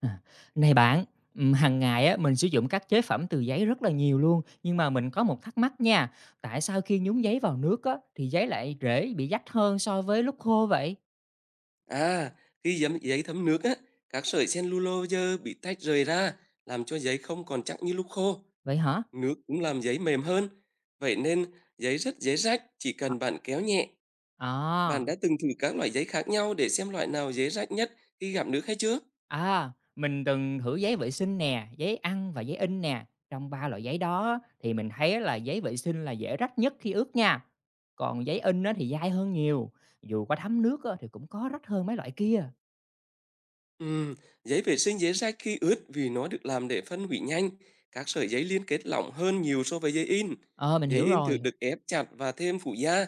À, này bạn, hàng ngày á mình sử dụng các chế phẩm từ giấy rất là nhiều luôn, nhưng mà mình có một thắc mắc nha, tại sao khi nhúng giấy vào nước á thì giấy lại dễ bị rách hơn so với lúc khô vậy? À, khi giấm giấy thấm nước á, các sợi cellulose bị tách rời ra, làm cho giấy không còn chắc như lúc khô. Vậy hả? Nước cũng làm giấy mềm hơn. Vậy nên giấy rất dễ rách, chỉ Ờ, cần bạn kéo nhẹ. Bạn à, đã từng thử các loại giấy khác nhau để xem loại nào dễ rách nhất khi gặp nước hay chưa? à, mình từng thử giấy vệ sinh nè, giấy ăn và giấy in nè, trong ba loại giấy đó á, thì mình thấy là giấy vệ sinh là dễ rách nhất khi ướt nha. Còn giấy in á thì dai hơn nhiều, dù có thấm nước á thì cũng có rách hơn mấy loại kia. Ừm, giấy vệ sinh dễ rách khi ướt vì nó được làm để phân hủy nhanh. Các sợi giấy liên kết lỏng hơn nhiều so với giấy in. Ờ, mình Giấy hiểu in rồi. thường được ép chặt và thêm phủ da,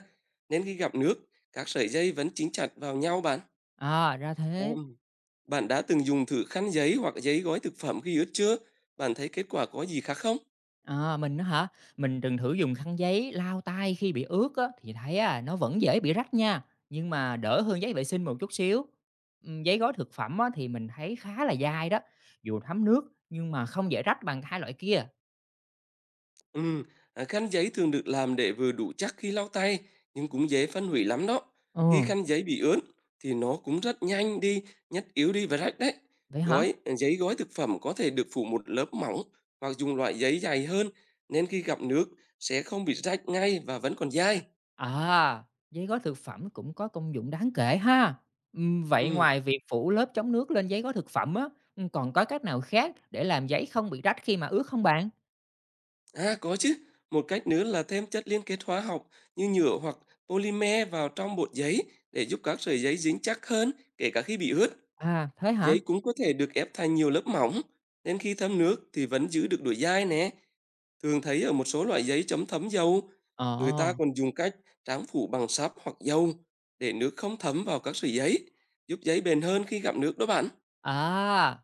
nên khi gặp nước, các sợi dây vẫn dính chặt vào nhau bạn. À, ra thế. Ừm. Bạn đã từng dùng thử khăn giấy hoặc giấy gói thực phẩm khi ướt chưa? Bạn thấy kết quả có gì khác không? Ờ, mình á hả? Mình từng thử dùng khăn giấy lau tay khi bị ướt á, thì thấy à nó vẫn dễ bị rách nha, nhưng mà đỡ hơn giấy vệ sinh một chút xíu. Giấy gói thực phẩm á, thì mình thấy khá là dai đó, dù thấm nước nhưng mà không dễ rách bằng hai loại kia. Ừ, à, khăn giấy thường được làm để vừa đủ chắc khi lau tay, nhưng cũng dễ phân hủy lắm đó. Ờ, Khi khăn giấy bị ướt thì nó cũng rất nhanh đi, nhất yếu đi và rách đấy. vậy hả? Gói à, giấy gói thực phẩm có thể được phủ một lớp mỏng hoặc dùng loại giấy dày hơn, nên khi gặp nước sẽ không bị rách ngay và vẫn còn dai. À, giấy gói thực phẩm cũng có công dụng đáng kể ha. Vậy Ừ. ngoài việc phủ lớp chống nước lên giấy gói thực phẩm á, còn có cách nào khác để làm giấy không bị rách khi mà ướt không bạn? À, có chứ. Một cách nữa là thêm chất liên kết hóa học như nhựa hoặc polymer vào trong bột giấy để giúp các sợi giấy dính chắc hơn, kể cả khi bị ướt. À, thế hả? Giấy cũng có thể được ép thành nhiều lớp mỏng, nên khi thấm nước thì vẫn giữ được độ dai nè. Thường thấy ở một số loại giấy chấm thấm dầu. Người ta Ờ, còn dùng cách tráng phủ bằng sáp hoặc dầu để nước không thấm vào các sợi giấy, giúp giấy bền hơn khi gặp nước đó bạn. à.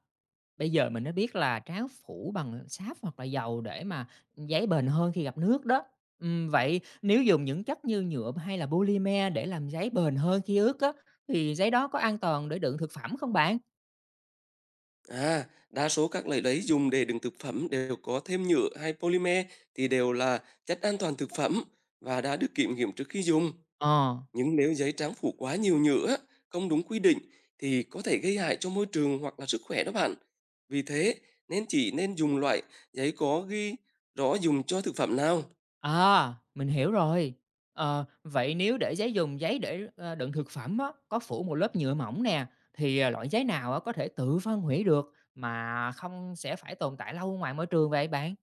Bây giờ mình mới biết là tráo phủ bằng sáp hoặc là dầu để mà giấy bền hơn khi gặp nước đó. Vậy nếu dùng những chất như nhựa hay là polymer để làm giấy bền hơn khi ướt á, thì giấy đó có an toàn để đựng thực phẩm không bạn? À, đa số các loại giấy dùng để đựng thực phẩm đều có thêm nhựa hay polymer thì đều là chất an toàn thực phẩm và đã được kiểm nghiệm trước khi dùng. Ờ, Nhưng nếu giấy tráng phủ quá nhiều nhựa, không đúng quy định thì có thể gây hại cho môi trường hoặc là sức khỏe đó bạn. Vì thế, nên chỉ nên dùng loại giấy có ghi rõ dùng cho thực phẩm nào. à, mình hiểu rồi. Ờ, vậy nếu để giấy dùng giấy để ờ, đựng thực phẩm á, có phủ một lớp nhựa mỏng nè, thì ờ, loại giấy nào á, có thể tự phân hủy được mà không sẽ phải tồn tại lâu ngoài môi trường vậy bạn?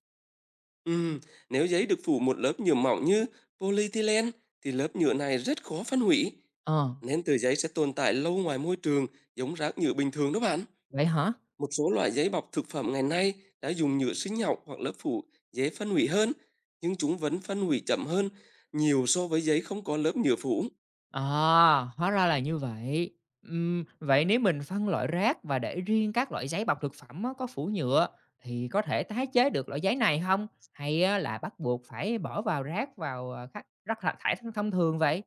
Ừm, nếu giấy được phủ một lớp nhựa mỏng như polyethylene thì lớp nhựa này rất khó phân hủy, Ờ, nên tờ giấy sẽ tồn tại lâu ngoài môi trường giống rác nhựa bình thường đó bạn. vậy hả? Một số loại giấy bọc thực phẩm ngày nay đã dùng nhựa sinh học hoặc lớp phủ dễ phân hủy hơn, nhưng chúng vẫn phân hủy chậm hơn nhiều so với giấy không có lớp nhựa phủ. À, hóa ra là như vậy. Vậy nếu mình phân loại rác và để riêng các loại giấy bọc thực phẩm á, có phủ nhựa thì có thể tái chế được loại giấy này không? Hay á, là bắt buộc phải bỏ vào rác vào à, khắc- rác thải thải thông thông thường vậy?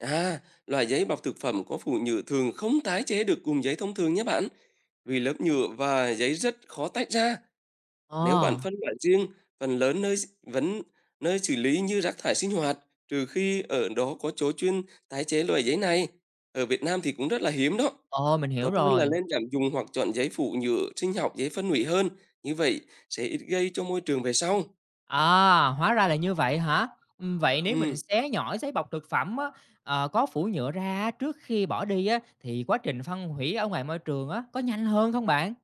À, loại giấy bọc thực phẩm có phủ nhựa thường không tái chế được cùng giấy thông thường nhé bạn, vì lớp nhựa và giấy rất khó tách ra. Nếu bạn Ờ, phân loại riêng, phần lớn nơi vẫn nơi xử lý như rác thải sinh hoạt, trừ khi ở đó có chỗ chuyên tái chế loại giấy này. Ở Việt Nam thì cũng rất là hiếm đó. ờ mình hiểu Tốt hơn là rồi. nên giảm dùng hoặc chọn giấy phụ nhựa sinh học, giấy phân hủy hơn. Như vậy sẽ ít gây cho môi trường về sau. À, hóa ra là như vậy hả? Vậy nếu mình Ừ. xé nhỏ giấy bọc thực phẩm á, ờ, có phủ nhựa ra trước khi bỏ đi á, thì quá trình phân hủy ở ngoài môi trường á, có nhanh hơn không bạn?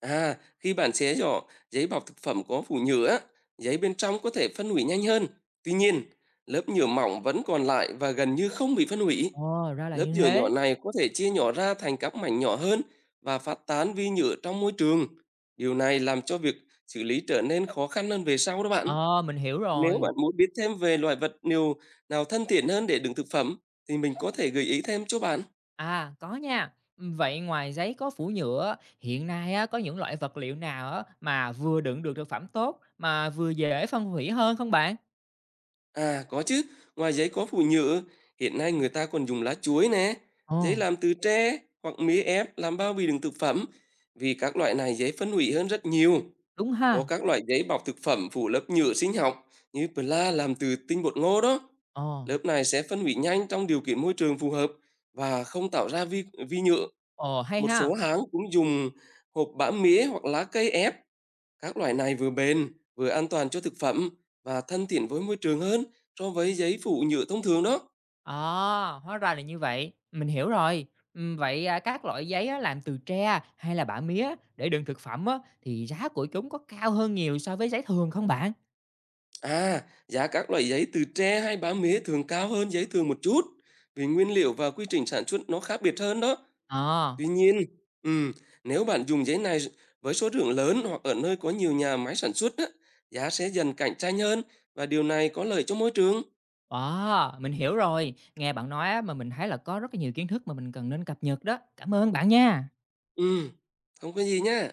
À, khi bạn xé giỏ, giấy bọc thực phẩm có phủ nhựa, á, giấy bên trong có thể phân hủy nhanh hơn. Tuy nhiên, lớp nhựa mỏng vẫn còn lại và gần như không bị phân hủy. Ờ, ra là Lớp như nhựa nhỏ thế. này có thể chia nhỏ ra thành các mảnh nhỏ hơn và phát tán vi nhựa trong môi trường. Điều này làm cho việc xử lý trở nên khó khăn hơn về sau đó bạn. Ờ, mình hiểu Nếu rồi. bạn muốn biết thêm về loại vật nhiều nào thân thiện hơn để đựng thực phẩm, thì mình có thể gợi ý thêm cho bạn. À, có nha. Vậy ngoài giấy có phủ nhựa á, hiện nay á, có những loại vật liệu nào á, mà vừa đựng được thực phẩm tốt mà vừa dễ phân hủy hơn không bạn? À, có chứ. Ngoài giấy có phủ nhựa, hiện nay người ta còn dùng lá chuối nè, Ồ, giấy làm từ tre hoặc mía ép làm bao bì đựng thực phẩm. Vì các loại này dễ phân hủy hơn rất nhiều. đúng Có ha. các loại giấy bọc thực phẩm phủ lớp nhựa sinh học như PLA làm từ tinh bột ngô đó. Ồ, Lớp này sẽ phân hủy nhanh trong điều kiện môi trường phù hợp và không tạo ra vi nhựa. ồ, hay Một số ha. hãng cũng dùng hộp bã mía hoặc lá cây ép các loại này vừa bền, vừa an toàn cho thực phẩm và thân thiện với môi trường hơn so với giấy phụ nhựa thông thường đó. À, hóa ra là như vậy. Mình hiểu rồi. Vậy à, các loại giấy á, làm từ tre hay là bã mía để đựng thực phẩm á, thì giá của chúng có cao hơn nhiều so với giấy thường không bạn? À, giá các loại giấy từ tre hay bám mía thường cao hơn giấy thường một chút vì nguyên liệu và quy trình sản xuất nó khác biệt hơn đó. Ờ. Tuy nhiên, ừm, nếu bạn dùng giấy này với số lượng lớn hoặc ở nơi có nhiều nhà máy sản xuất á, giá sẽ dần cạnh tranh hơn và điều này có lợi cho môi trường. À, mình hiểu rồi. Nghe bạn nói á, mà mình thấy là có rất là nhiều kiến thức mà mình cần nên cập nhật đó. Cảm ơn bạn nha. Ừm, không có gì nhá.